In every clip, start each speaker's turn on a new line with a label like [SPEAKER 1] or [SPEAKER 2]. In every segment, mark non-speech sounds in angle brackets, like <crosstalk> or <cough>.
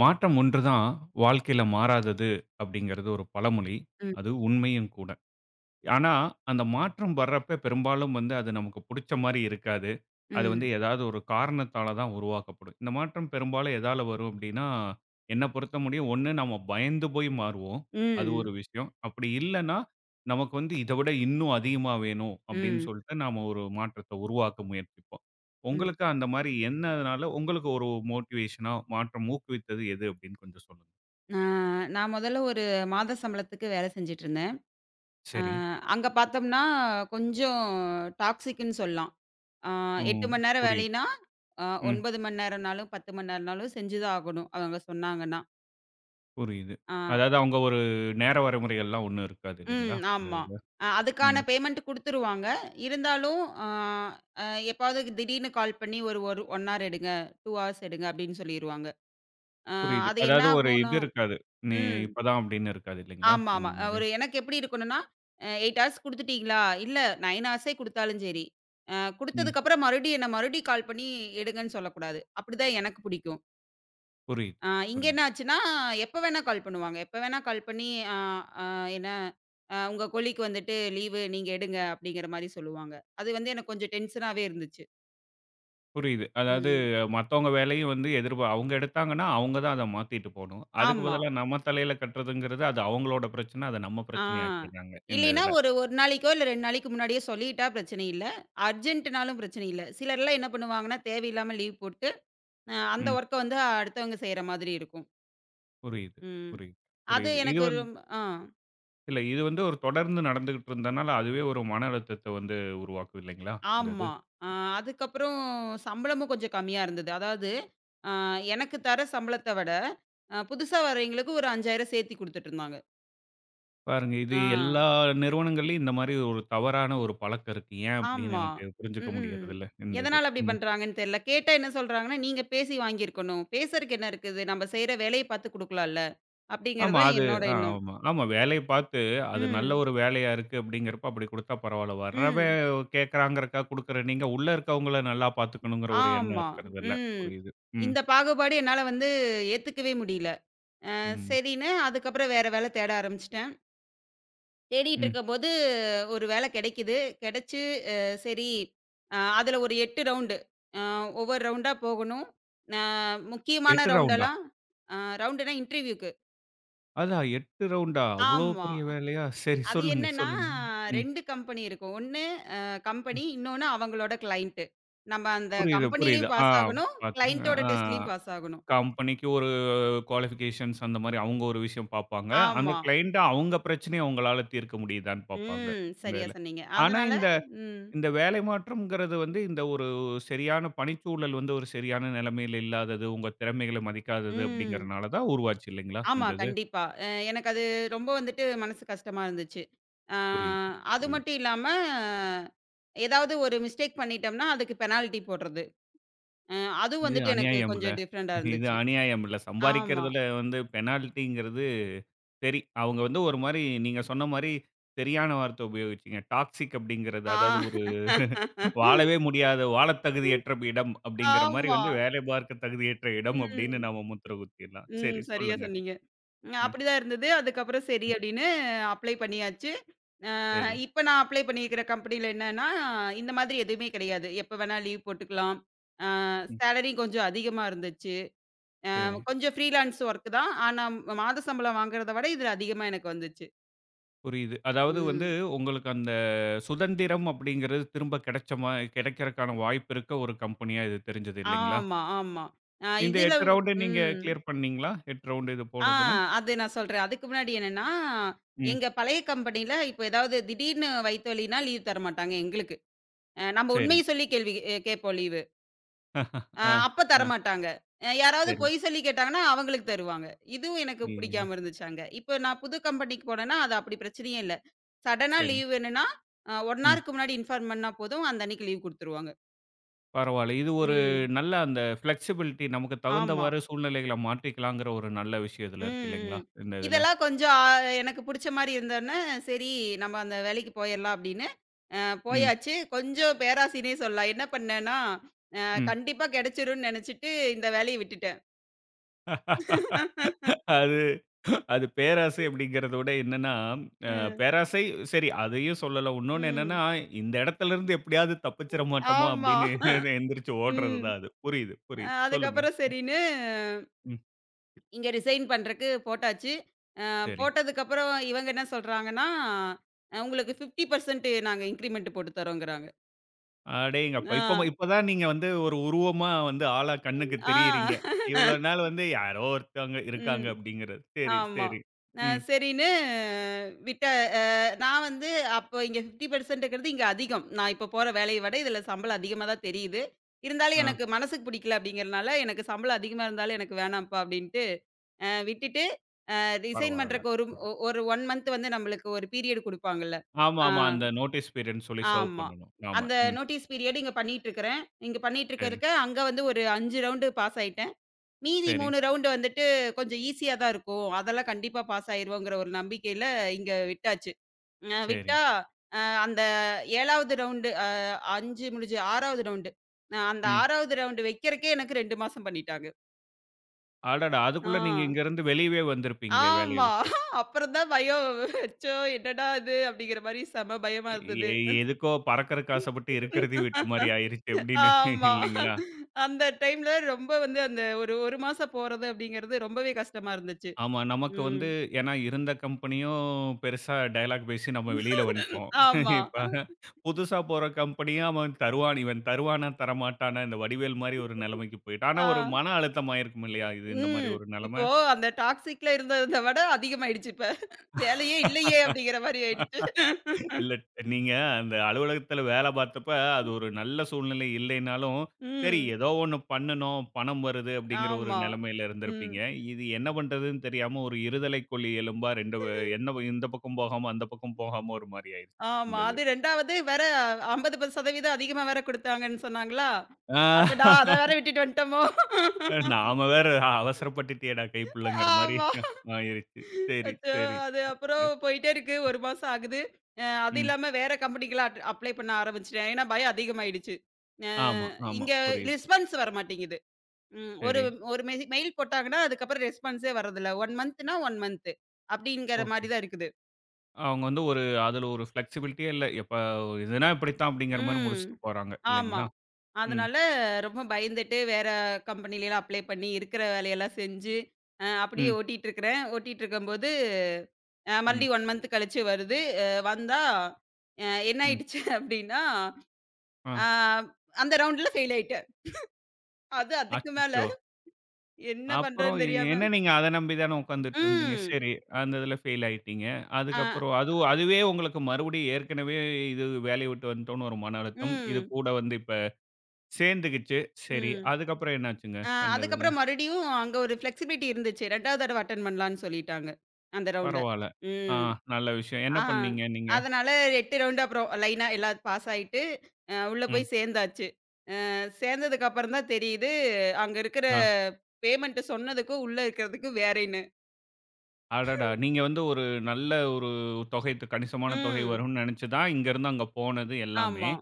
[SPEAKER 1] மாற்றம் ஒன்றுதான் வாழ்க்கையில மாறாதது அப்படிங்கிறது ஒரு பழமொழி.
[SPEAKER 2] ம்.
[SPEAKER 1] அது உண்மையும் கூட. ஆனா, அந்த மாற்றம் வர்றப்ப பெரும்பாலும் வந்து அது நமக்கு புடிச்ச மாரி இருக்காது. அது வந்து
[SPEAKER 2] ம்.
[SPEAKER 1] ஏதாவது ஒரு காரணத்தால தான் உருவாக்கப்படும். இந்த மாற்றம் பெரும்பாலும் எதால வரும் அப்டின்னா, என்ன பொறுத்த முடியும் ஒண்ணு நம்ம பயந்து போய் மாறுவோம். அது ஒரு
[SPEAKER 2] ம்.
[SPEAKER 1] விஷயம். அப்படி இல்லன்னா, நமக்கு வந்து இத விட இன்னும் அதிகமா வேணும் அப்படின்னு
[SPEAKER 2] ம்.
[SPEAKER 1] சொல்லிட்டு நாம ஒரு மாற்றத்த உருவாக்க முயற்சிப்போம்.
[SPEAKER 2] ம்.
[SPEAKER 1] உங்களுக்கு அந்த மாரி என்னதுனால உங்களுக்கு ஒரு மோட்டிவேஷனா மாற்றம் ஊக்குவித்தது எது அப்படின்னு கொஞ்சம் சொல்லுங்க.
[SPEAKER 2] ஆ நான் முதல்ல ஒரு மாத சம்பளத்துக்கு வேலை செஞ்சுட்டுருந்தேன். அ
[SPEAKER 1] சரி.
[SPEAKER 2] அங்க பார்த்தோம்னா, கொஞ்சம் டாக்ஸிக்ன்னு சொல்லலாம். ஆ 8
[SPEAKER 1] ம்.
[SPEAKER 2] மணி நேரம்
[SPEAKER 1] புரியுது.
[SPEAKER 2] வேலைன்னா, அ
[SPEAKER 1] ம்.
[SPEAKER 2] 9 மணி நேரம்னாலும், 10 மணி நேரம்னாலும் செஞ்சு தான் ஆகணும், அவங்க சொன்னாங்கன்னா.
[SPEAKER 1] புரியுது.
[SPEAKER 2] ஆ
[SPEAKER 1] அதாவது அவங்க ஒரு நேர வரைமுறைகள்லாம் ஒண்ணும் இருக்காது
[SPEAKER 2] ம்.
[SPEAKER 1] இல்லைங்களா? இந்த
[SPEAKER 2] ஆமா.
[SPEAKER 1] இதுல. ம்.
[SPEAKER 2] அதுக்கான பேமெண்ட் குடுத்துருவாங்க. இருந்தாலும் அ அ எப்பாவது திடீர்னு கால் பண்ணி ஒரு ஒரு 1 ஹவர் எடுங்க, 2 ஹார்ஸ் எடுங்க அப்படின்னு சொல்லிருவாங்க. அ
[SPEAKER 1] புரியுது.
[SPEAKER 2] அது என்ன
[SPEAKER 1] அதாவது ஒரு
[SPEAKER 2] ஆகும்னா.
[SPEAKER 1] இது இருக்காது. நீ
[SPEAKER 2] ம்.
[SPEAKER 1] இப்பதான் அப்படின்னு இருக்காது இல்லைங்களா?
[SPEAKER 2] ஆமா,
[SPEAKER 1] இந்த
[SPEAKER 2] ஆமா.
[SPEAKER 1] மாரி.
[SPEAKER 2] ஒரு எனக்கு எப்படி இருக்கணும்னா, 8 ஹார்ஸ் குடுத்துட்டீங்களா? இல்ல 9 ஹார்ஸே குடுத்தாலும் சரி.
[SPEAKER 1] ம்.
[SPEAKER 2] குடுத்ததுக்கப்புறம் மறுபடியும் கால் பண்ணி எடுங்கன்னு சொல்லக்கூடாது. அப்படிதான் எனக்கு பிடிக்கும்.
[SPEAKER 1] புரியுது,
[SPEAKER 2] இங்க
[SPEAKER 1] புரியுது,
[SPEAKER 2] என்ன ஆச்சுன்னா, எப்ப வேணா கால் பண்ணுவாங்க. எப்ப வேணா கால் பண்ணி அ அ என்ன அ உங்க கொல்லிக்கு வந்துட்டு லீவு நீங்க எடுங்க அப்படிங்கிற மாரி சொல்லுவாங்க. அது வந்து எனக்கு கொஞ்சம் டென்ஷனாவே இருந்துச்சு.
[SPEAKER 1] புரியுது. அதாவது
[SPEAKER 2] ம்.
[SPEAKER 1] மத்தவங்க வேலையும் வந்து எதிர்பா அவங்க எடுத்தாங்கன்னா, அவங்க தான் அத மாத்திட்டு போணும். அதுக்கு
[SPEAKER 2] ஆமா.
[SPEAKER 1] பதிலா நம்ம தலையில கட்டுறதுங்கிறது, அது அவங்களோட பிரச்சனை. அத நம்ம
[SPEAKER 2] ஆ.
[SPEAKER 1] பிரச்சனையாக்கிடுறாங்க இந்த
[SPEAKER 2] இல்லைன்னா
[SPEAKER 1] இதுல.
[SPEAKER 2] ஒரு 1 நாளைக்கோ, இல்ல 2 நாளைக்கு முன்னாடியே சொல்லிட்டா பிரச்சனை இல்ல. அர்ஜென்ட்னாலும் பிரச்சனை இல்ல. சிலர்லாம் என்ன பண்ணுவாங்கன்னா, தேவையில்லாம லீவ் போட்டு, அந்த
[SPEAKER 1] ம்.
[SPEAKER 2] வொர்க்க வந்து அடுத்தவங்க செய்ற மாதிரி இருக்கும்.
[SPEAKER 1] புரியுது,
[SPEAKER 2] ம்.
[SPEAKER 1] புரியுது,
[SPEAKER 2] அது
[SPEAKER 1] புரியுது. இது
[SPEAKER 2] எனக்கு
[SPEAKER 1] வந்து
[SPEAKER 2] ரொம்ப. ஆ.
[SPEAKER 1] இது வந்து ஒரு தொடர்ந்து நடந்துகிட்டு இருந்தனால, அதுவே ஒரு மன அழுத்தத்த வந்து உருவாக்கும் இல்லைங்களா? இந்த இது.
[SPEAKER 2] ஆமா. அ அதுக்கப்புறம் சம்பளமும் கொஞ்சம் கம்மியா இருந்தது. அதாவது, அ எனக்கு தர சம்பளத்த விட, புதுசா வரவைங்களுக்கு ஒரு 5,000 சேர்த்தி குடுத்துட்டுருந்தாங்க.
[SPEAKER 1] பாருங்க, இது
[SPEAKER 2] ஆ.
[SPEAKER 1] எல்லா நிறுவனங்கள்லயும் இந்த மாரி ஒரு தவறான ஒரு பழக்கம் இருக்கு. ஏன் அப்படின்னு
[SPEAKER 2] ஆமா.
[SPEAKER 1] எனக்கு புரிஞ்சுக்க
[SPEAKER 2] ம்ஹ்ம்.
[SPEAKER 1] முடியறதில்ல இந்த இது.
[SPEAKER 2] எதனால அப்படி
[SPEAKER 1] ம்.
[SPEAKER 2] பண்றாங்கன்னு தெரியல. கேட்டா என்ன சொல்றாங்கன்னா, "நீங்க பேசி வாங்கியிருக்கணும். பேசுறதுக்கு என்ன இருக்குது? நம்ம செய்ற வேலைய பாத்து குடுக்கலாம்ல." அப்படிங்கிறது
[SPEAKER 1] ஆமா,
[SPEAKER 2] தான்
[SPEAKER 1] அது
[SPEAKER 2] என்னோட
[SPEAKER 1] ஆ
[SPEAKER 2] எண்ணம்.
[SPEAKER 1] ஆமா, ஆமா. வேலைய பார்த்து அது நல்ல
[SPEAKER 2] ம்.
[SPEAKER 1] ஒரு வேலையா இருக்கு அப்படிங்கிறப்ப அப்படி குடுத்தா பரவால்ல.
[SPEAKER 2] ம்.
[SPEAKER 1] வர்றவன் கேட்கறாங்கிறக்காக குடுக்குற நீங்க, உள்ள இருக்கவங்கள நல்லா பார்த்துக்கணுங்கிற ஒரு எண்ணம்
[SPEAKER 2] ஆமா.
[SPEAKER 1] இருக்கறதில்ல.
[SPEAKER 2] ம்.
[SPEAKER 1] புரியுது. ம்,
[SPEAKER 2] இந்த பாகுபாடு என்னால வந்து ஏத்துக்கவே முடியல.
[SPEAKER 1] ம்,
[SPEAKER 2] சரின்னு அதுக்கப்புறம் வேற வேலை தேட ஆரம்பிச்சுட்டேன். தேடிட்டு
[SPEAKER 1] ம்.
[SPEAKER 2] இருக்கும்போது ஒரு வேலை கிடைக்குது. கிடைச்சு. சரி. அதுல ஒரு 8 ரவுண்டு. அ ஒவ்வொரு ரவுண்டா போகணும். அ முக்கியமான
[SPEAKER 1] 8 ரவுண்டா?
[SPEAKER 2] ரவுண்டெல்லாம். ரவுண்டுனா இன்டர்வியூக்கு.
[SPEAKER 1] அதான் 8 ரவுண்டா? அவ்வளோ
[SPEAKER 2] ஆமா.
[SPEAKER 1] பெரிய வேலையா? சரி
[SPEAKER 2] அது
[SPEAKER 1] சொல்லுங்க,
[SPEAKER 2] என்னன்னா
[SPEAKER 1] சொல்லுங்க. ம்.
[SPEAKER 2] 2 கம்பெனி இருக்கும். ஒண்ணு அ கம்பெனி, இன்னொன்னு அவங்களோட கிளையண்ட். நம்ம அந்த
[SPEAKER 1] புரியுது, புரியுது.
[SPEAKER 2] கம்பெனிலயும்
[SPEAKER 1] ஆ
[SPEAKER 2] பாஸ் ஆகணும்,
[SPEAKER 1] பார்த்துருங்க.
[SPEAKER 2] கிளையண்டோட
[SPEAKER 1] ஆ
[SPEAKER 2] டெஸ்ட்லயும் பாஸ் ஆகணும்.
[SPEAKER 1] கம்பெனிக்கு ஒரு குவாலிஃபிகேஷன்ஸ் அந்த மாரி அவங்க ஒரு விஷயம் பார்ப்பாங்க. அந்த
[SPEAKER 2] ஆமா.
[SPEAKER 1] கிளையன்ட் அவங்க பிரச்சனைய அவங்களால தீர்க்க முடியுதான்னு பார்ப்பாங்க.
[SPEAKER 2] ம்.
[SPEAKER 1] இந்த
[SPEAKER 2] சரியா
[SPEAKER 1] இதுல.
[SPEAKER 2] சொன்னீங்க.
[SPEAKER 1] ஆனா
[SPEAKER 2] அதனால.
[SPEAKER 1] இந்த
[SPEAKER 2] ம்.
[SPEAKER 1] இந்த வேலை மாற்றம்ங்கிறது வந்து இந்த ஒரு சரியான பணிச்சூழல் வந்து ஒரு சரியான நிலைமையில இல்லாதது, உங்க திறமைகள மதிக்காதது
[SPEAKER 2] ம்.
[SPEAKER 1] அப்படிங்கிறனால தான் உருவாச்சு இல்லைங்களா?
[SPEAKER 2] ஆமா,
[SPEAKER 1] இந்த இது.
[SPEAKER 2] கண்டிப்பா. எனக்கு அது ரொம்ப வந்துட்டு மனசு கஷ்டமா இருந்துச்சு. ஆ
[SPEAKER 1] புரியுது,
[SPEAKER 2] அது
[SPEAKER 1] புரியுது.
[SPEAKER 2] மட்டும் இல்லாம, ஏதாவது ஒரு மிஸ்டேக் பண்ணிட்டோம்னா, அதுக்கு பெனால்டி போடுறது. அ அதுவும்
[SPEAKER 1] இது
[SPEAKER 2] வந்துட்டு எனக்கு
[SPEAKER 1] அநியாயம்ல.
[SPEAKER 2] கொஞ்சம் டிஃபரண்டா
[SPEAKER 1] இது
[SPEAKER 2] இருந்துச்சு.
[SPEAKER 1] அநியாயம்ல.
[SPEAKER 2] ஆமா.
[SPEAKER 1] சம்பாரிக்கிறதுல வந்து பெனால்டிங்கிறது சரி, அவங்க வந்து ஒரு மாரி நீங்க சொன்ன மாரி சரியான வார்த்தை உபயோகிச்சீங்க. டாக்ஸிக் அப்படிங்கிறது அதாவது
[SPEAKER 2] ஆ.
[SPEAKER 1] ஒரு
[SPEAKER 2] <laughs>
[SPEAKER 1] வாழவே முடியாத வாழத் தகுதியற்ற இடம் அப்படிங்கிற மாரி
[SPEAKER 2] ஆமா.
[SPEAKER 1] வந்து வேலை பார்க்க தகுதியற்ற இடம் அப்படின்னு
[SPEAKER 2] ம்.
[SPEAKER 1] நாம முத்திர குத்திடலாம்.
[SPEAKER 2] ம்.
[SPEAKER 1] சரி
[SPEAKER 2] சரியா
[SPEAKER 1] சொல்லுங்க.
[SPEAKER 2] சொன்னீங்க. ம்.
[SPEAKER 1] ம்.
[SPEAKER 2] அப்படிதான் இருந்தது. அதுக்கப்புறம் சரி அப்படின்னு அப்ளை பண்ணியாச்சு. அ
[SPEAKER 1] சரி.
[SPEAKER 2] இப்ப நான் அப்ளை பண்ணியிருக்கிற கம்பெனில என்னன்னா, இந்த மாதிரி எதுவுமே கிடையாது. எப்ப வேணா லீவ் போட்டுக்கலாம். அ
[SPEAKER 1] ம்.
[SPEAKER 2] சேலரி கொஞ்சம் அதிகமா இருந்துச்சு.
[SPEAKER 1] சரி.
[SPEAKER 2] கொஞ்சம் ஃப்ரீலான்ஸ் ஒர்க் தான். ஆனா மாத சம்பளம் வாங்குறத விட இதுல அதிகமா எனக்கு வந்துச்சு.
[SPEAKER 1] புரியுது. அதாவது வந்து
[SPEAKER 2] ம்.
[SPEAKER 1] உங்களுக்கு அந்த சுதந்திரம் அப்படிங்கிறது திரும்ப கிடைச்ச மா கிடைக்கிறக்கான வாய்ப்பு இருக்க ஒரு கம்பெனியா இது தெரிஞ்சது இல்லைங்களா?
[SPEAKER 2] ஆமா, ஆமா.
[SPEAKER 1] இந்த
[SPEAKER 2] இதுல.
[SPEAKER 1] 8 ரவுண்டு நீங்க
[SPEAKER 2] ம்.
[SPEAKER 1] கிளியர் பண்ணீங்களா? 8 ரவுண்டு இது
[SPEAKER 2] ஆ
[SPEAKER 1] போனதுல?
[SPEAKER 2] அது நான் சொல்றேன். அதுக்கு முன்னாடி என்னன்னா,
[SPEAKER 1] ம்.
[SPEAKER 2] எங்க பழைய கம்பெனில இப்ப ஏதாவது திடீர்னு வயித்துவலின்னா லீவ் தரமாட்டாங்க எங்களுக்கு. நம்ம
[SPEAKER 1] சரி.
[SPEAKER 2] உண்மைய சொல்லி கேள்வி கேட்போம் லீவு.
[SPEAKER 1] <laughs> ஆ,
[SPEAKER 2] அப்ப
[SPEAKER 1] ஆ.
[SPEAKER 2] தரமாட்டாங்க. யாராவது
[SPEAKER 1] சரி.
[SPEAKER 2] பொய் சொல்லி கேட்டாங்கன்னா, அவங்களுக்கு தருவாங்க. இதுவும் எனக்கு
[SPEAKER 1] ம்.
[SPEAKER 2] பிடிக்காம இருந்துச்சு அங்க. இப்ப நான் புது கம்பெனிக்கு போனேன்னா, அது அப்படி பிரச்சனையே இல்ல. சடனா
[SPEAKER 1] சரி.
[SPEAKER 2] லீவ் வேணும்னா, 1
[SPEAKER 1] ம்.
[SPEAKER 2] ஹாருக்கு முன்னாடி இன்ஃபார்ம் பண்ணா போதும். அந்த அன்னைக்கு லீவ் குடுத்துருவாங்க.
[SPEAKER 1] பரவால்ல. இது ஒரு
[SPEAKER 2] ம்.
[SPEAKER 1] நல்ல அந்த ஃப்ளெக்ஸிபிலிட்டி நமக்கு
[SPEAKER 2] ஆமா.
[SPEAKER 1] தகுந்தவாறு சூழ்நிலைகள மாற்றிக்கலாங்கிற ஒரு நல்ல விஷயம் இதுல இருக்கு
[SPEAKER 2] ம்.
[SPEAKER 1] இல்லைங்களா? இந்த இதுல.
[SPEAKER 2] இதெல்லாம் கொஞ்சம். எனக்கு புடிச்ச மாரி இருந்தோன்னே, சரி நம்ம அந்த வேலைக்கு போயிரலாம் அப்படின்னு, அ
[SPEAKER 1] ம்,
[SPEAKER 2] போயாச்சு. கொஞ்சம் பேராசைன்னே சொல்லலாம். என்ன பண்ணேன்னா,
[SPEAKER 1] ம்.
[SPEAKER 2] கண்டிப்பா கெடைச்சிரும்ன்னு நெனச்சுட்டு இந்த வேலைய விட்டுட்டேன்.
[SPEAKER 1] <laughs>
[SPEAKER 2] <laughs>
[SPEAKER 1] அது அது பேராசை அப்படிங்கிறத விட என்னன்னா, அ
[SPEAKER 2] ம்.
[SPEAKER 1] பேராசை சரி அதையும் சொல்லல. இன்னொன்னு என்னன்னா,
[SPEAKER 2] ம்.
[SPEAKER 1] இந்த இடத்துல இருந்து எப்படியாவது தப்பிச்சிட மாட்டோமோ
[SPEAKER 2] ஆமா.
[SPEAKER 1] அப்படின்னு எந்திரிச்சு ஓடுறது
[SPEAKER 2] ம்.
[SPEAKER 1] தான் அது. புரியுது, புரியுது. சொல்லுங்க.
[SPEAKER 2] அதுக்கப்புறம் சரின்னு
[SPEAKER 1] ம்.
[SPEAKER 2] இங்க ரிசைன் பண்றக்கு போட்டாச்சு.
[SPEAKER 1] சரி.
[SPEAKER 2] போட்டதுக்கப்புறம் இவங்க என்ன சொல்றாங்கன்னா, "உங்களுக்கு 50% நாங்க இன்கிரிமெண்ட் போட்டு தரோங்கிறாங்க."
[SPEAKER 1] அடேங்கப்பா!
[SPEAKER 2] ஆ.
[SPEAKER 1] இப்ப ம இப்ப தான் நீங்க வந்து ஒரு உருவமா வந்து ஆளா கண்ணுக்கு
[SPEAKER 2] ஆ.
[SPEAKER 1] தெரியிறீங்க. இவ்வளோ
[SPEAKER 2] <laughs>
[SPEAKER 1] நாள் வந்து யாரோ ஒருத்தவங்க இருக்காங்க
[SPEAKER 2] ம்.
[SPEAKER 1] அப்படிங்கிறது. சரி,
[SPEAKER 2] ஆமா.
[SPEAKER 1] சரி. ம்.
[SPEAKER 2] சரின்னு விட்ட. அ நான் வந்து அப்போ இங்க 50%ங்கிறது இங்க அதிகம். நான் இப்போ போற வேலைய விட இதுல சம்பளம் அதிகமா தான் தெரியுது. இருந்தாலும்
[SPEAKER 1] ஆ
[SPEAKER 2] எனக்கு மனசுக்கு பிடிக்கல அப்படிங்கிறனால, எனக்கு சம்பளம் அதிகமா இருந்தாலும் எனக்கு வேணாம்ப்பா அப்படின்ட்டு விட்டுட்டு. ரிசைன்
[SPEAKER 1] பரவால்ல.
[SPEAKER 2] பண்றக்கு ஒரு
[SPEAKER 1] பரவா
[SPEAKER 2] ஒ- ஒரு 1 மந்த் வந்து நம்மளுக்கு ஒரு பீரியட் குடுப்பாங்கல்ல.
[SPEAKER 1] ஆமா,
[SPEAKER 2] ஆ
[SPEAKER 1] ஆமா. அந்த நோட்டீஸ் பீரியட்ன்னு சொல்லி சர்வ்
[SPEAKER 2] ஆமா.
[SPEAKER 1] பண்ணணும். ஆமா.
[SPEAKER 2] அந்த
[SPEAKER 1] ம்.
[SPEAKER 2] நோட்டீஸ் பீரியட் இங்க பண்ணிட்டு இருக்கிறேன். இங்க பண்ணிட்டு
[SPEAKER 1] சரி,
[SPEAKER 2] இருக்கறக்க, அங்க வந்து ஒரு 5 ரவுண்டு பாஸ் ஆயிட்டேன். மீதி
[SPEAKER 1] சரி,
[SPEAKER 2] 3 ரவுண்டு வந்துட்டு கொஞ்சம் ஈஸியா தான் இருக்கும். அதெல்லாம் கண்டிப்பா பாஸ் ஆயிருவோங்கிற ஒரு நம்பிக்கையில இங்க விட்டாச்சு. அ
[SPEAKER 1] சரி.
[SPEAKER 2] விட்டா அ அந்த 7வது ரவுண்டு. 5 முடிஞ்சு 6வது ரவுண்டு. அந்த
[SPEAKER 1] ம்.
[SPEAKER 2] 6வது ரவுண்டு வைக்கிறக்கே எனக்கு 2 மாசம் பண்ணிட்டாங்க.
[SPEAKER 1] அடடா!
[SPEAKER 2] ஆ.
[SPEAKER 1] அதுக்குள்ள நீங்க இங்கருந்து வெளியவே வந்திருப்பீங்களே வேலைய
[SPEAKER 2] ஆமா.
[SPEAKER 1] விட்டு.
[SPEAKER 2] <laughs> அப்புறம் தான் பயம். அச்சோ! என்னடா இது? அப்படிங்கிற மாரி செம பயமா இருந்தது.
[SPEAKER 1] எ எதுக்கோ பறக்கறக்கு ஆசைப்பட்டு இருக்கிறதையும் விட்ட மாரி ஆயிருச்சு அப்படின்னு
[SPEAKER 2] ஆமா.
[SPEAKER 1] இல்லைங்களா?
[SPEAKER 2] அந்த டைம்ல ரொம்ப வந்து அந்த ஒரு 1 மாசம் போறது அப்படிங்கிறது ரொம்பவே கஷ்டமா இருந்துச்சு.
[SPEAKER 1] ஆமா. நமக்கு
[SPEAKER 2] ம்.
[SPEAKER 1] வந்து ஏன்னா இருந்த கம்பெனியும் பெருசா டயலாக் பேசி நம்ம வெளியில வந்துட்டோம்.
[SPEAKER 2] ஆமா.
[SPEAKER 1] இப்ப புதுசா போற கம்பெனியும் அவன் தருவான், இவன் தருவானா, தரமாட்டானா இந்த வடிவேல் மாரி ஒரு நிலைமைக்கு போயிட்டான். ஆனா
[SPEAKER 2] ஆ.
[SPEAKER 1] ஒரு மன அழுத்தம் ஆயிருக்கும் இல்லையா? இது இந்த மாரி
[SPEAKER 2] ம்.
[SPEAKER 1] ஒரு நிலைமை?
[SPEAKER 2] இப்போ அந்த டாக்ஸிக்ல இருந்தத விட அதிகமாயிடுச்சு இப்ப. வேலையே இல்லையே! அப்படிங்கிற மாரி ஆயிடுச்சு.
[SPEAKER 1] இல்ல நீங்க அந்த அலுவலகத்துல வேலை பார்த்தப்ப, அது ஒரு நல்ல சூழ்நிலை இல்லைனாலும், சரி
[SPEAKER 2] ம்.
[SPEAKER 1] ஏதோ ஒண்ணு பண்ணணும், பணம் வருது அப்படிங்கிற ஒரு
[SPEAKER 2] ஆமா.
[SPEAKER 1] நிலைமையில
[SPEAKER 2] ம்.
[SPEAKER 1] இருந்திருப்பீங்க. இது என்ன பண்றதுன்னு தெரியாம ஒரு இருதலைக்கொள்ளி எலும்பா 2 வ என்ன ப- இந்த பக்கம் போகாம, அந்த பக்கம் போகாம ஒரு மாரி ஆயிருச்சு.
[SPEAKER 2] ஆமா.
[SPEAKER 1] இந்த இது.
[SPEAKER 2] அது 2வது வேற 50% அதிகமா வேற குடுத்தாங்கன்னு சொன்னாங்களா?
[SPEAKER 1] ஆ
[SPEAKER 2] அடடா! அத
[SPEAKER 1] <laughs>
[SPEAKER 2] வேற விட்டுட்டு வந்துட்டோமோ!
[SPEAKER 1] நாம வேற அவசரப்பட்டுட்டியேடா கைப்புள்ளங்கிற மாரி
[SPEAKER 2] ஆமா.
[SPEAKER 1] ஆயிருச்சு. சரி,
[SPEAKER 2] அச்சோ!
[SPEAKER 1] சரி.
[SPEAKER 2] அது அப்புறம்
[SPEAKER 1] சரி.
[SPEAKER 2] போயிட்டே இருக்கு. 1 மாசம் ஆகுது. அது
[SPEAKER 1] ம்.
[SPEAKER 2] இல்லாம வேற கம்பெனிக்கெல்லாம் அப்ளை பண்ண ஆரம்பிச்சுட்டேன். ஏன்னா பயம் அதிகமாயிடுச்சு. அ
[SPEAKER 1] ஆமா, ஆமா.
[SPEAKER 2] இங்க
[SPEAKER 1] புரியுது.
[SPEAKER 2] ரெஸ்பான்ஸ் வரமாட்டேங்குது. ம். ஒரு
[SPEAKER 1] சரி.
[SPEAKER 2] ஒரு மெ மெயில் போட்டாங்கன்னா, அதுக்கப்புறம் ரெஸ்பான்ஸே வர்றதில்ல. 1 மந்த்னா 1 மந்த் அப்படிங்கிற மாரி
[SPEAKER 1] ஓகே.
[SPEAKER 2] தான் இருக்குது.
[SPEAKER 1] அவங்க வந்து ஒரு அதுல ஒரு ஃப்ளெக்ஸிபிலிட்டியே இல்ல. எப்ப இதுனா இப்படித்தான் அப்படிங்கிற மாரி
[SPEAKER 2] ம்.
[SPEAKER 1] முடிச்சுட்டு போறாங்க
[SPEAKER 2] ஆமா.
[SPEAKER 1] இல்லைங்களா? ம்,
[SPEAKER 2] அதனால ரொம்ப பயந்துட்டு வேற கம்பெனிலலாம் அப்ளை பண்ணி இருக்கிற வேலையெல்லாம் செஞ்சு, அப்படியே
[SPEAKER 1] ம்,
[SPEAKER 2] ஓட்டிட்டு இருக்கிறேன். ஓட்டிட்டு இருக்கும்போது,
[SPEAKER 1] ம்,
[SPEAKER 2] மறுபடியும் 1 மந்த் கழிச்சு வருது. அ வந்தா அ என்ன
[SPEAKER 1] ம்.
[SPEAKER 2] ஆயிடுச்சு <laughs> அப்படின்னா,
[SPEAKER 1] ஆ.
[SPEAKER 2] அ அந்த ரவுண்ட்ல ஃபெயில் ஆயிட்டேன். அது அதுக்கு மேல
[SPEAKER 1] அச்சச்சோ!
[SPEAKER 2] என்ன
[SPEAKER 1] அப்புறம்
[SPEAKER 2] பண்றதுன்னு தெரியாம.
[SPEAKER 1] என்ன நீங்க அத நம்பி தானே உட்கார்ந்துட்டு இருந்தீங்க.
[SPEAKER 2] ம்.
[SPEAKER 1] சரி, அந்த இதுல ஃபெயில் ஆயிட்டீங்க.
[SPEAKER 2] அ
[SPEAKER 1] அதுக்கப்புறம் அதுவே உங்களுக்கு மறுபடியும் ஏற்கனவே இது வேலைய விட்டு வந்துட்டோம்னு ஒரு மன அழுத்தம். இது
[SPEAKER 2] ம்.
[SPEAKER 1] கூட வந்து இப்ப சேர்ந்துக்கிச்சு. சரி,
[SPEAKER 2] ம்.
[SPEAKER 1] அதுக்கப்புறம் என்னாச்சுங்க? அந்த இதுல.
[SPEAKER 2] அதுக்கப்புறம் மறுபடியும் அங்க ஒரு ஃப்ளெக்ஸிபிலிட்டி இருந்துச்சு. 2வது தடவ அட்டெண்ட் பண்ணலான்னு சொல்லிட்டாங்க. அந்த ரவுண்ட.
[SPEAKER 1] பரவால்ல. ஆ
[SPEAKER 2] ம்.
[SPEAKER 1] நல்ல விஷயம். என்ன
[SPEAKER 2] ஆ.
[SPEAKER 1] பண்ணீங்க நீங்க?
[SPEAKER 2] அதனால 8 ரவுண்டு அப்புறம் லைனா எல்லாம் பாஸ் ஆயிட்டு, உள்ள போய்
[SPEAKER 1] ம்.
[SPEAKER 2] சேர்ந்தாச்சு. சேர்ந்ததுக்கு அப்புறம் தான் தெரியுது, அங்க இருக்கிற
[SPEAKER 1] ஆ.
[SPEAKER 2] பேமெண்ட் சொன்னதுக்கும், உள்ள இருக்கிறதுக்கும் வேறேன்னு.
[SPEAKER 1] அடடா! நீங்க வந்து ஒரு நல்ல ஒரு தொகை கணிசமான தொகை
[SPEAKER 2] ம்.
[SPEAKER 1] வரும்னு நினைச்சு தான் இங்கருந்து அங்க போனது எல்லாமே.
[SPEAKER 2] ஆமா.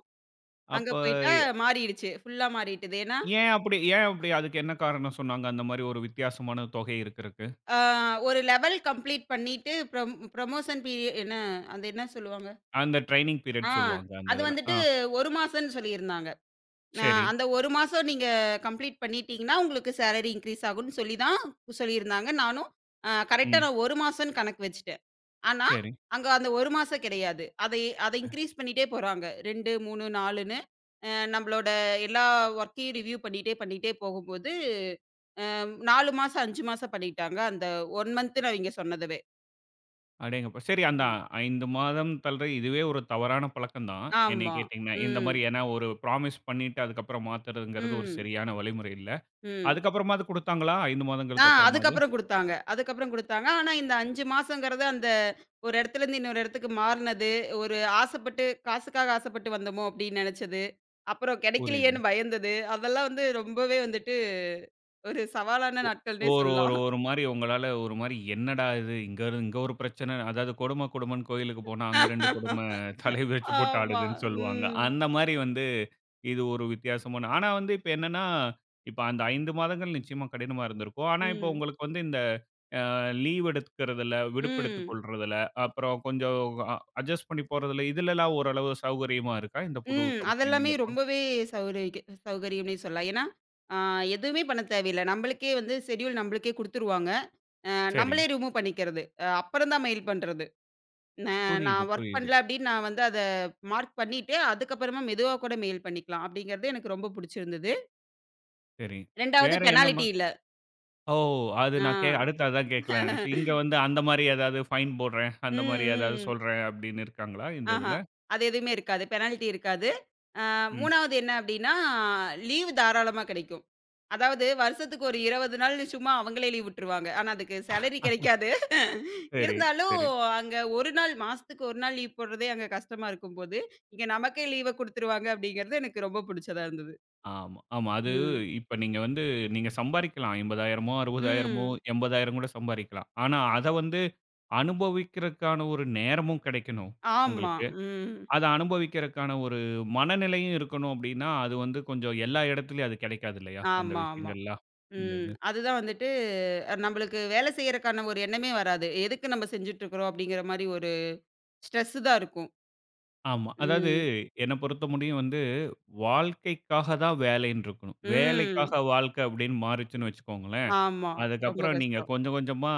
[SPEAKER 2] அங்க
[SPEAKER 1] அப்ப
[SPEAKER 2] போயிட்டா மாறிடுச்சு. ஃபுல்லா மாறிட்டுது. ஏன்னா,
[SPEAKER 1] ஏன் அப்படி அதுக்கு என்ன காரணம் சொன்னாங்க? அந்த மாரி ஒரு வித்தியாசமான தொகை இருக்கிறதுக்கு.
[SPEAKER 2] ஆ ஒரு லெவல் கம்ப்ளீட் பண்ணிட்டு ப்ரமோஷன் பீரிய என்ன அது என்ன சொல்லுவாங்க?
[SPEAKER 1] அந்த ட்ரெய்னிங்
[SPEAKER 2] ஆ
[SPEAKER 1] பீரியட் சொல்லுவாங்க அந்த
[SPEAKER 2] அது
[SPEAKER 1] இதுல. ஆ
[SPEAKER 2] வந்துட்டு 1 மாசம்ன்னு சொல்லியிருந்தாங்க. அ
[SPEAKER 1] சரி.
[SPEAKER 2] அந்த 1 மாசம் நீங்க கம்ப்ளீட் பண்ணிட்டீங்கன்னா, உங்களுக்கு சேலரி இன்கிரீஸ் ஆகும்ன்னு சொல்லி தான் சொல்லியிருந்தாங்க. நானும் கரெக்ட்டா
[SPEAKER 1] ம்.
[SPEAKER 2] நான் 1 மாசம்ன்னு கணக்கு வச்சுட்டேன். ஆனா,
[SPEAKER 1] சரி.
[SPEAKER 2] அங்க அந்த 1 மாசம் கிடையாது. அதை அதை இன்கிரீஸ் பண்ணிட்டே போறாங்க. 2, 3, 4ன்னு நம்மளோட எல்லா வொர்க்கையும் ரிவ்யூ பண்ணிட்டே பண்ணிட்டே போகும்போது, 4 மாசம், 5 மாசம் பண்ணிட்டாங்க. அந்த 1 மந்த்துன்னு அவிங்க சொன்னதவே.
[SPEAKER 1] அடேங்கப்பா! சரி அந்த
[SPEAKER 2] ம்.
[SPEAKER 1] 5 மாதம் தள்ற இதுவே ஒரு தவறான பழக்கம் தான். என்னைய
[SPEAKER 2] ஆமா.
[SPEAKER 1] கேட்டீங்கன்னா, இந்த
[SPEAKER 2] ம்.
[SPEAKER 1] மாரி ஏன்னா ஒரு ப்ராமிஸ் பண்ணிட்டு அதுக்கப்புறம் மாத்துறதுங்கிறது ஒரு
[SPEAKER 2] ம்.
[SPEAKER 1] சரியான வழிமுறை இல்ல.
[SPEAKER 2] ம்.
[SPEAKER 1] அதுக்கப்புறமாவது குடுத்தாங்களா? 5 மாதங்களுக்கு அப்புறமாவது?
[SPEAKER 2] அதுக்கப்புறம் குடுத்தாங்க. அதுக்கப்புறம் குடுத்தாங்க. ஆனா, இந்த 5 மாசங்கிறது அந்த ஒரு இடத்துலருந்து இன்னொரு இடத்துக்கு மாறுனது, ஒரு ஆசைப்பட்டு காசுக்காக ஆசைப்பட்டு வந்தோமோ அப்படின்னு நெனச்சது, அப்புறம்
[SPEAKER 1] புரியுது.
[SPEAKER 2] கெடைக்கலையேன்னு பயந்தது, அதெல்லாம் வந்து ரொம்பவே வந்துட்டு ஒரு சவாலான நாட்கள்னே
[SPEAKER 1] ஒரு ஒரு
[SPEAKER 2] சொல்லலாம்.
[SPEAKER 1] ஒரு மாரி உங்களால ஒரு மாரி என்னடா இது! இங்க இரு இங்க ஒரு பிரச்சனை. அதாவது கொடும கொடுமன்னு கோயிலுக்கு போனா, அங்க 2 கொடும தலைய விரிச்சு போட்டு
[SPEAKER 2] ஆமா.
[SPEAKER 1] ஆடுதுன்னு சொல்லுவாங்க.
[SPEAKER 2] ம்.
[SPEAKER 1] அந்த மாரி வந்து இது ஒரு வித்தியாசமான ஆனா வந்து இப்ப என்னன்னா, இப்ப அந்த 5 மாதங்கள் நிச்சயமா கடினமா இருந்திருக்கும். ஆனா இப்ப
[SPEAKER 2] ம்.
[SPEAKER 1] உங்களுக்கு வந்து இந்த அ லீவ் எடுத்துக்கிறதுல, விடுப்பெடுத்துக்
[SPEAKER 2] ம்.
[SPEAKER 1] கொள்றதுல, அப்புறம் கொஞ்சம் அ அட்ஜஸ்ட் பண்ணி போறதுல, இதுலலாம் ஓரளவு சௌகரியமா இருக்கா? இந்த புது
[SPEAKER 2] ம்.
[SPEAKER 1] கம்பெனி
[SPEAKER 2] அதெல்லாமே
[SPEAKER 1] நீங்க போன
[SPEAKER 2] ரொம்பவே சௌகரியக்கு சௌகரியம்னே சொல்லலாம். ஏன்னா, ஆ எதுவுமே பண்ண தேவையில்ல. நம்பளுக்கே வந்து ஷெட்யூல் நம்பளுக்கே குடுத்துருவாங்க. அ
[SPEAKER 1] சரி.
[SPEAKER 2] நம்பளே ரிமூவ் பண்ணிக்கிறது. அப்புறம் தான் மெயில் பண்றது. ந
[SPEAKER 1] புரியுது,
[SPEAKER 2] நான் ஒர்க்
[SPEAKER 1] புரியுது.
[SPEAKER 2] பண்ணல அப்படின்னு நான் வந்து அத மார்க் பண்ணிட்டு, அதுக்கப்புறமா மெதுவா கூட மெயில் பண்ணிக்கலாம். அப்படிங்கிறது எனக்கு ரொம்ப புடிச்சிருந்தது.
[SPEAKER 1] சரி.
[SPEAKER 2] 2வது
[SPEAKER 1] வேற என்ன மா
[SPEAKER 2] பெனால்டி இல்ல.
[SPEAKER 1] ஓ! அது நான் கே
[SPEAKER 2] ஆ.
[SPEAKER 1] அடுத்து அதான் கேட்கலாம்ன்னு நெனச்சேன். இங்க
[SPEAKER 2] <laughs>
[SPEAKER 1] வந்து அந்த மாரி ஏதாவது ஃபைன் போடுறேன்,
[SPEAKER 2] ம்,
[SPEAKER 1] அந்த மாரி ஏதாவது
[SPEAKER 2] ம்.
[SPEAKER 1] சொல்றேன் அப்படின்னு இருக்காங்களா இந்த
[SPEAKER 2] ஆஹா.
[SPEAKER 1] இதுல?
[SPEAKER 2] அது எதுவுமே இருக்காது. பெனால்டி இருக்காது. அ
[SPEAKER 1] ம்.
[SPEAKER 2] 3வது என்ன அப்படின்னா, லீவ் தாராளமா கிடைக்கும். அதாவது வருஷத்துக்கு ஒரு 20 நாள் சும்மா அவங்களே லீவ் விட்டுருவாங்க. ஆனா அதுக்கு சேலரி கிடைக்காது. <laughs>
[SPEAKER 1] சரி,
[SPEAKER 2] இருந்தாலும்
[SPEAKER 1] சரி.
[SPEAKER 2] அங்க 1 நாள் மாசத்துக்கு 1 நாள் லீவ் போடுறதே அங்க கஷ்டமா இருக்கும்போது, இங்க நமக்கே லீவ குடுத்துருவாங்க அப்படிங்கிறது எனக்கு ரொம்ப புடிச்சதா இருந்தது.
[SPEAKER 1] ஆமா, ஆமா. அது
[SPEAKER 2] ம்.
[SPEAKER 1] இப்ப நீங்க வந்து நீங்க சம்பாரிக்கலாம். 50,000மோ, 60,000மோ,
[SPEAKER 2] ம்.
[SPEAKER 1] 80,000 கூட சம்பாரிக்கலாம். ஆனா அத வந்து அனுபவிக்கிறதுக்கான ஒரு நேரமும் கிடைக்கணும்
[SPEAKER 2] ஆமா.
[SPEAKER 1] உங்களுக்கு.
[SPEAKER 2] ம்.
[SPEAKER 1] அத அனுபவிக்கிறதுக்கான ஒரு மனநிலையும் இருக்கணும் அப்படின்னா, அது வந்து கொஞ்சம் எல்லா இடத்துலயும் அது கிடைக்காது இல்லையா? அந்த
[SPEAKER 2] ஆமா, ஆமா.
[SPEAKER 1] விஷயங்கள்லாம். இந்த
[SPEAKER 2] ம்.
[SPEAKER 1] இது.
[SPEAKER 2] அதுதான் வந்துட்டு நம்மளுக்கு வேலை செய்யறக்கான ஒரு எண்ணமே வராது. எதுக்கு நம்ம செஞ்சுட்டுருக்குறோம் அப்படிங்கிற மாரி ஒரு ஸ்ட்ரெஸ் தான் இருக்கும்.
[SPEAKER 1] ஆமா. அதாவது
[SPEAKER 2] ம்.
[SPEAKER 1] என்ன பொறுத்தமுடியும் வந்து வாழ்க்கைக்காக தான் வேலைன்னு இருக்கணும்.
[SPEAKER 2] ம்.
[SPEAKER 1] வேலைக்காக வாழ்க்கை அப்படின்னு மாறுச்சுன்னு வச்சுக்கோங்களேன்,
[SPEAKER 2] ஆமா. ரொம்ப
[SPEAKER 1] அதுக்கப்புறம் நீங்க
[SPEAKER 2] கஷ்டம்.
[SPEAKER 1] கொஞ்சம் கொஞ்சமா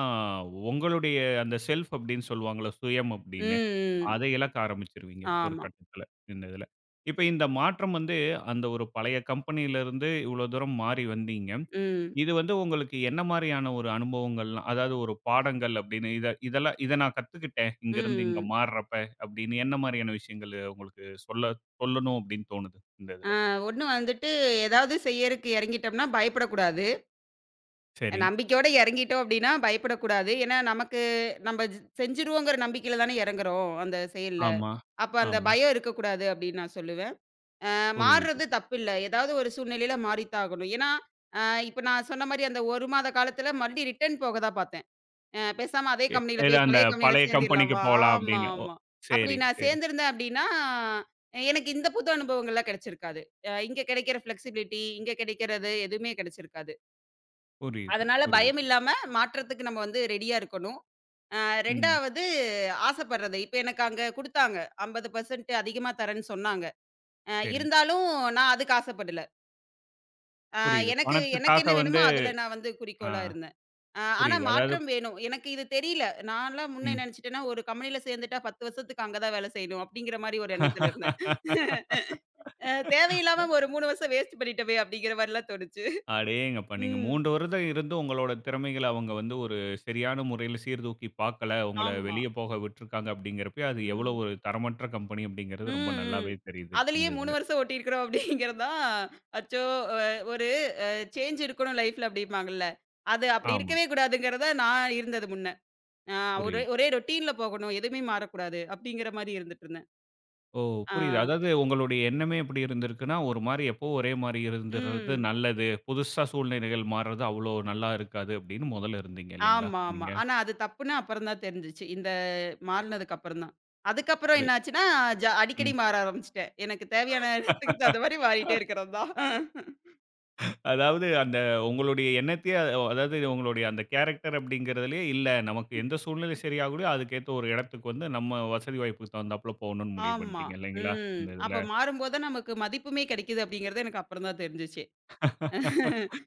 [SPEAKER 1] உங்களுடைய அந்த செல்ஃப் அப்படின்னு சொல்லுவாங்கல்ல, சுயம் அப்படின்னு,
[SPEAKER 2] ம், ம்.
[SPEAKER 1] அதை இழக்க ஆரம்பிச்சுருவீங்க ஒரு
[SPEAKER 2] ஆமா.
[SPEAKER 1] கட்டத்தில இந்த இதில. இப்ப இந்த மாற்றம் வந்து அந்த ஒரு பழைய கம்பெனியிலருந்து இவ்வளோ தூரம் மாறி வந்தீங்க.
[SPEAKER 2] ம்.
[SPEAKER 1] இது வந்து உங்களுக்கு என்ன மாரியான ஒரு அனுபவங்கள்லாம் அதாவது ஒரு பாடங்கள் அப்படின்னு இத இதெல்லாம் இத நான் கத்துக்கிட்டேன் இங்கருந்து இங்க
[SPEAKER 2] ம்.
[SPEAKER 1] மாறுறப்ப அப்படின்னு என்ன மாரியான விஷயங்கள் உங்களுக்கு சொல்ல சொல்லணும் அப்படின்னு தோணுது இந்த இதில?
[SPEAKER 2] ஒண்ணு வந்துட்டு ஏதாவது செய்யறக்கு எறங்கிட்டோம்னா பயப்படக்கூடாது.
[SPEAKER 1] சரி.
[SPEAKER 2] நம்பிக்கையோட எறங்கிட்டோம் அப்படின்னா பயப்படக்கூடாது. ஏன்னா நமக்கு நம்ம செஞ்சுருவோங்கிற நம்பிக்கையில தானே எறங்குறோம் அந்த செயல்ல.
[SPEAKER 1] ஆமா,
[SPEAKER 2] அப்ப அந்த
[SPEAKER 1] ஆமா.
[SPEAKER 2] பயம் இருக்கக்கூடாது அப்படின்னு நான் சொல்லுவேன்.
[SPEAKER 1] புரியுது.
[SPEAKER 2] மாறுறது தப்பில்ல. ஏதாவது ஒரு சூழ்நிலையில மாறித்தான் ஆகணும். ஏன்னா, அ இப்ப நான் சொன்ன மாரி அந்த 1 மாத காலத்துல மறுபடியும் ரிட்டர்ன் போக தான் பார்த்தேன். பேசாம அதே
[SPEAKER 1] எ
[SPEAKER 2] கம்பெனியில
[SPEAKER 1] ஏதோ
[SPEAKER 2] போய்
[SPEAKER 1] அந்த
[SPEAKER 2] பழைய கம்பெனியில
[SPEAKER 1] பழைய கம்பெனிக்கு
[SPEAKER 2] சேர்ந்துடலாமா?
[SPEAKER 1] போலாம்
[SPEAKER 2] ஆமா,
[SPEAKER 1] அப்படின்னு. ஓ!
[SPEAKER 2] ஆமா. அப்படி
[SPEAKER 1] சரி,
[SPEAKER 2] நான்
[SPEAKER 1] சரி.
[SPEAKER 2] சேர்ந்திருந்தேன் அப்படின்னா, எனக்கு இந்த புது அனுபவங்கள்லாம் கிடைச்சிருக்காது. இங்க கிடைக்கிற ஃப்ளெக்சிபிலிட்டி, இங்க கிடைக்கிறது எதுவுமே கிடைச்சிருக்காது.
[SPEAKER 1] புரியுது,
[SPEAKER 2] அதனால பயம்
[SPEAKER 1] புரியுது.
[SPEAKER 2] இல்லாம மாற்றத்துக்கு நம்ம வந்து ரெடியா இருக்கணும்.
[SPEAKER 1] ம்.
[SPEAKER 2] 2வது ஆசைப்படுறது. இப்ப எனக்கு அங்க குடுத்தாங்க. 50% அதிகமா தரேன்னு சொன்னாங்க.
[SPEAKER 1] சரி.
[SPEAKER 2] இருந்தாலும் நான் அதுக்கு ஆசைப்படல. ஆ
[SPEAKER 1] புரியுது.
[SPEAKER 2] எனக்கு எனக்கு
[SPEAKER 1] பணத்துக்காக
[SPEAKER 2] என்ன வேணுமோ
[SPEAKER 1] வந்து
[SPEAKER 2] அதில நான் வந்து
[SPEAKER 1] ஆ
[SPEAKER 2] குறிக்கோளா இருந்தேன். ஆனா
[SPEAKER 1] புரியுது. அதாவது
[SPEAKER 2] மாற்றம் வேணும். எனக்கு இது தெரியல. நான்லாம் முன்ன
[SPEAKER 1] ம்.
[SPEAKER 2] நினைச்சுட்டேன்னா, ஒரு கம்பெனியில சேர்ந்துட்டா 10 வருஷத்துக்கு அங்க தான் வேலை செய்யணும் அப்படிங்கிற மாரி ஒரு எண்ணத்தில இருந்தேன்.
[SPEAKER 1] <laughs>
[SPEAKER 2] தேவையில்லாம ஒரு 3 வருஷம் வேஸ்ட் பண்ணிட்டோமே அப்படிங்கிற மாரிலாம் தோணுச்சு.
[SPEAKER 1] அடேங்கப்பா! நீங்க
[SPEAKER 2] ம்.
[SPEAKER 1] 3 வருடம் இருந்தும் உங்களோட திறமைகள அவங்க வந்து ஒரு சரியான முறையில சீர்தூக்கி பார்க்கல. உங்கள
[SPEAKER 2] ஆமா.
[SPEAKER 1] வெளிய போக விட்டுருக்காங்க அப்படிங்கிறப்பயே, அது எவ்வளோ
[SPEAKER 2] ம்.
[SPEAKER 1] ஒரு தரமற்ற கம்பெனி அப்படிங்கிறது
[SPEAKER 2] ம்,
[SPEAKER 1] ரொம்ப
[SPEAKER 2] ம்.
[SPEAKER 1] நல்லாவே தெரியுது, இந்த
[SPEAKER 2] அதுலயே 3
[SPEAKER 1] இதுல.
[SPEAKER 2] வருஷம் ஓட்டியிருக்கிறோம் அப்படிங்கிறது தான், அச்சோ! அ ஒரு சேஞ்ச் இருக்கணும் லைஃப்ல அப்படிம்பாங்கல்ல. அது அப்படி
[SPEAKER 1] ஆமா.
[SPEAKER 2] இருக்கவே கூடாதுங்கிறத நான் இருந்தது முன்ன. ஆ ஒரே
[SPEAKER 1] புரியுது.
[SPEAKER 2] ஒரே ரொட்டீன்ல போகணும். எதுவுமே மாறக்கூடாது. அப்படிங்கிற மாரி இருந்துட்டு இருந்தேன்.
[SPEAKER 1] ஓ!
[SPEAKER 2] ஆ,
[SPEAKER 1] புரியுது. அதாவது உங்களுடைய எண்ணமே எப்படி இருந்திருக்குன்னா, ஒரு மாரி எப்பவும் ஒரே மாரி இருந்துர்றது
[SPEAKER 2] ம்.
[SPEAKER 1] நல்லது. புதுசா சூழ்நிலைகள் மாறுறது அவ்ளோ நல்லா இருக்காது அப்படின்னு முதல்ல இருந்தீங்க இல்லைங்களா?
[SPEAKER 2] ஆமா, ஆமா.
[SPEAKER 1] நீங்க
[SPEAKER 2] ஆனா அது தப்புன்னு அப்புறம் தான் தெரிஞ்சுச்சு. இந்த மாறுனதுக்கு அப்புறம் தான். அதுக்கப்புறம்
[SPEAKER 1] புரி
[SPEAKER 2] என்னாச்சுன்னா, அடிக்கடி
[SPEAKER 1] ம்.
[SPEAKER 2] மாற ஆரம்பிச்சுட்டேன். எனக்கு தேவையான <laughs> நேரத்துக்கு தகுந்த மாரி மாறிட்டே இருக்கிறது தான்.
[SPEAKER 1] அதாவது அந்த உங்களுடைய எண்ணத்தையே அது- அதாவது உங்களுடைய அந்த கேரக்டர் அப்படிங்கிறதுலயே இல்ல நமக்கு எந்த சூழ்நிலை சரியாகலையோ அதுக்கேத்த ஒரு இடத்துக்கு வந்து நம்ம வசதி வாய்ப்புக்கு தகுந்தாப்புல போகணும்னு முடிவு
[SPEAKER 2] ஆமா.
[SPEAKER 1] பண்ணிட்டீங்க இல்லைங்களா?
[SPEAKER 2] ம்.
[SPEAKER 1] இந்த இதுல.
[SPEAKER 2] அப்ப மாறும்போது தான் நமக்கு மதிப்புமே கிடைக்குது அப்படிங்கிறது எனக்கு அப்புறம் தான் தெரிஞ்சுச்சு.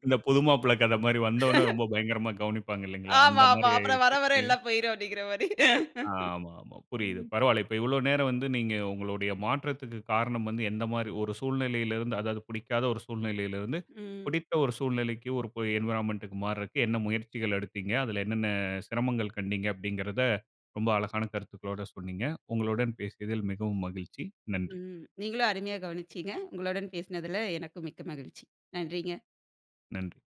[SPEAKER 1] இந்த புது மாப்பிள்ளை கதை மாரி வந்தோனே ரொம்ப பயங்கரமா கவனிப்பாங்க இல்லைங்களா? அந்த
[SPEAKER 2] ஆமா,
[SPEAKER 1] மாரி
[SPEAKER 2] ஆமா. அப்புறம் வர
[SPEAKER 1] ஆயிருச்சு.
[SPEAKER 2] வர எல்லாம் போயிரும் அப்படிங்கிற மாரி.
[SPEAKER 1] ஆமா, ஆமா. புரியுது.
[SPEAKER 2] ம்.
[SPEAKER 1] பரவால்ல. இப்ப இவ்ளோ நேரம் வந்து நீங்க உங்களுடைய மாற்றத்துக்கு காரணம் வந்து எந்த மாரி ஒரு சூழ்நிலையிலிருந்து அதாவது பிடிக்காத ஒரு சூழ்நிலையிலிருந்து,
[SPEAKER 2] ம்.
[SPEAKER 1] பிடித்த ஒரு சூழ்நிலைக்கு ஒரு பொ என்வைரன்மென்ட்க்கு மாறுறக்கு என்ன முயற்சிகள் எடுத்தீங்க? அதுல என்னென்ன சிரமங்கள் கண்டீங்க? அப்படிங்கிறத ரொம்ப அழகான கருத்துக்களோட சொன்னீங்க. உங்களுடன் பேசியதில் மிகவும் மகிழ்ச்சி. நன்றி,
[SPEAKER 2] ம். நீங்களும் அருமையா கவனிச்சீங்க. உங்களுடன் பேசினதுல எனக்கும் மிக்க மகிழ்ச்சி. நன்றிங்க.
[SPEAKER 1] நன்றி.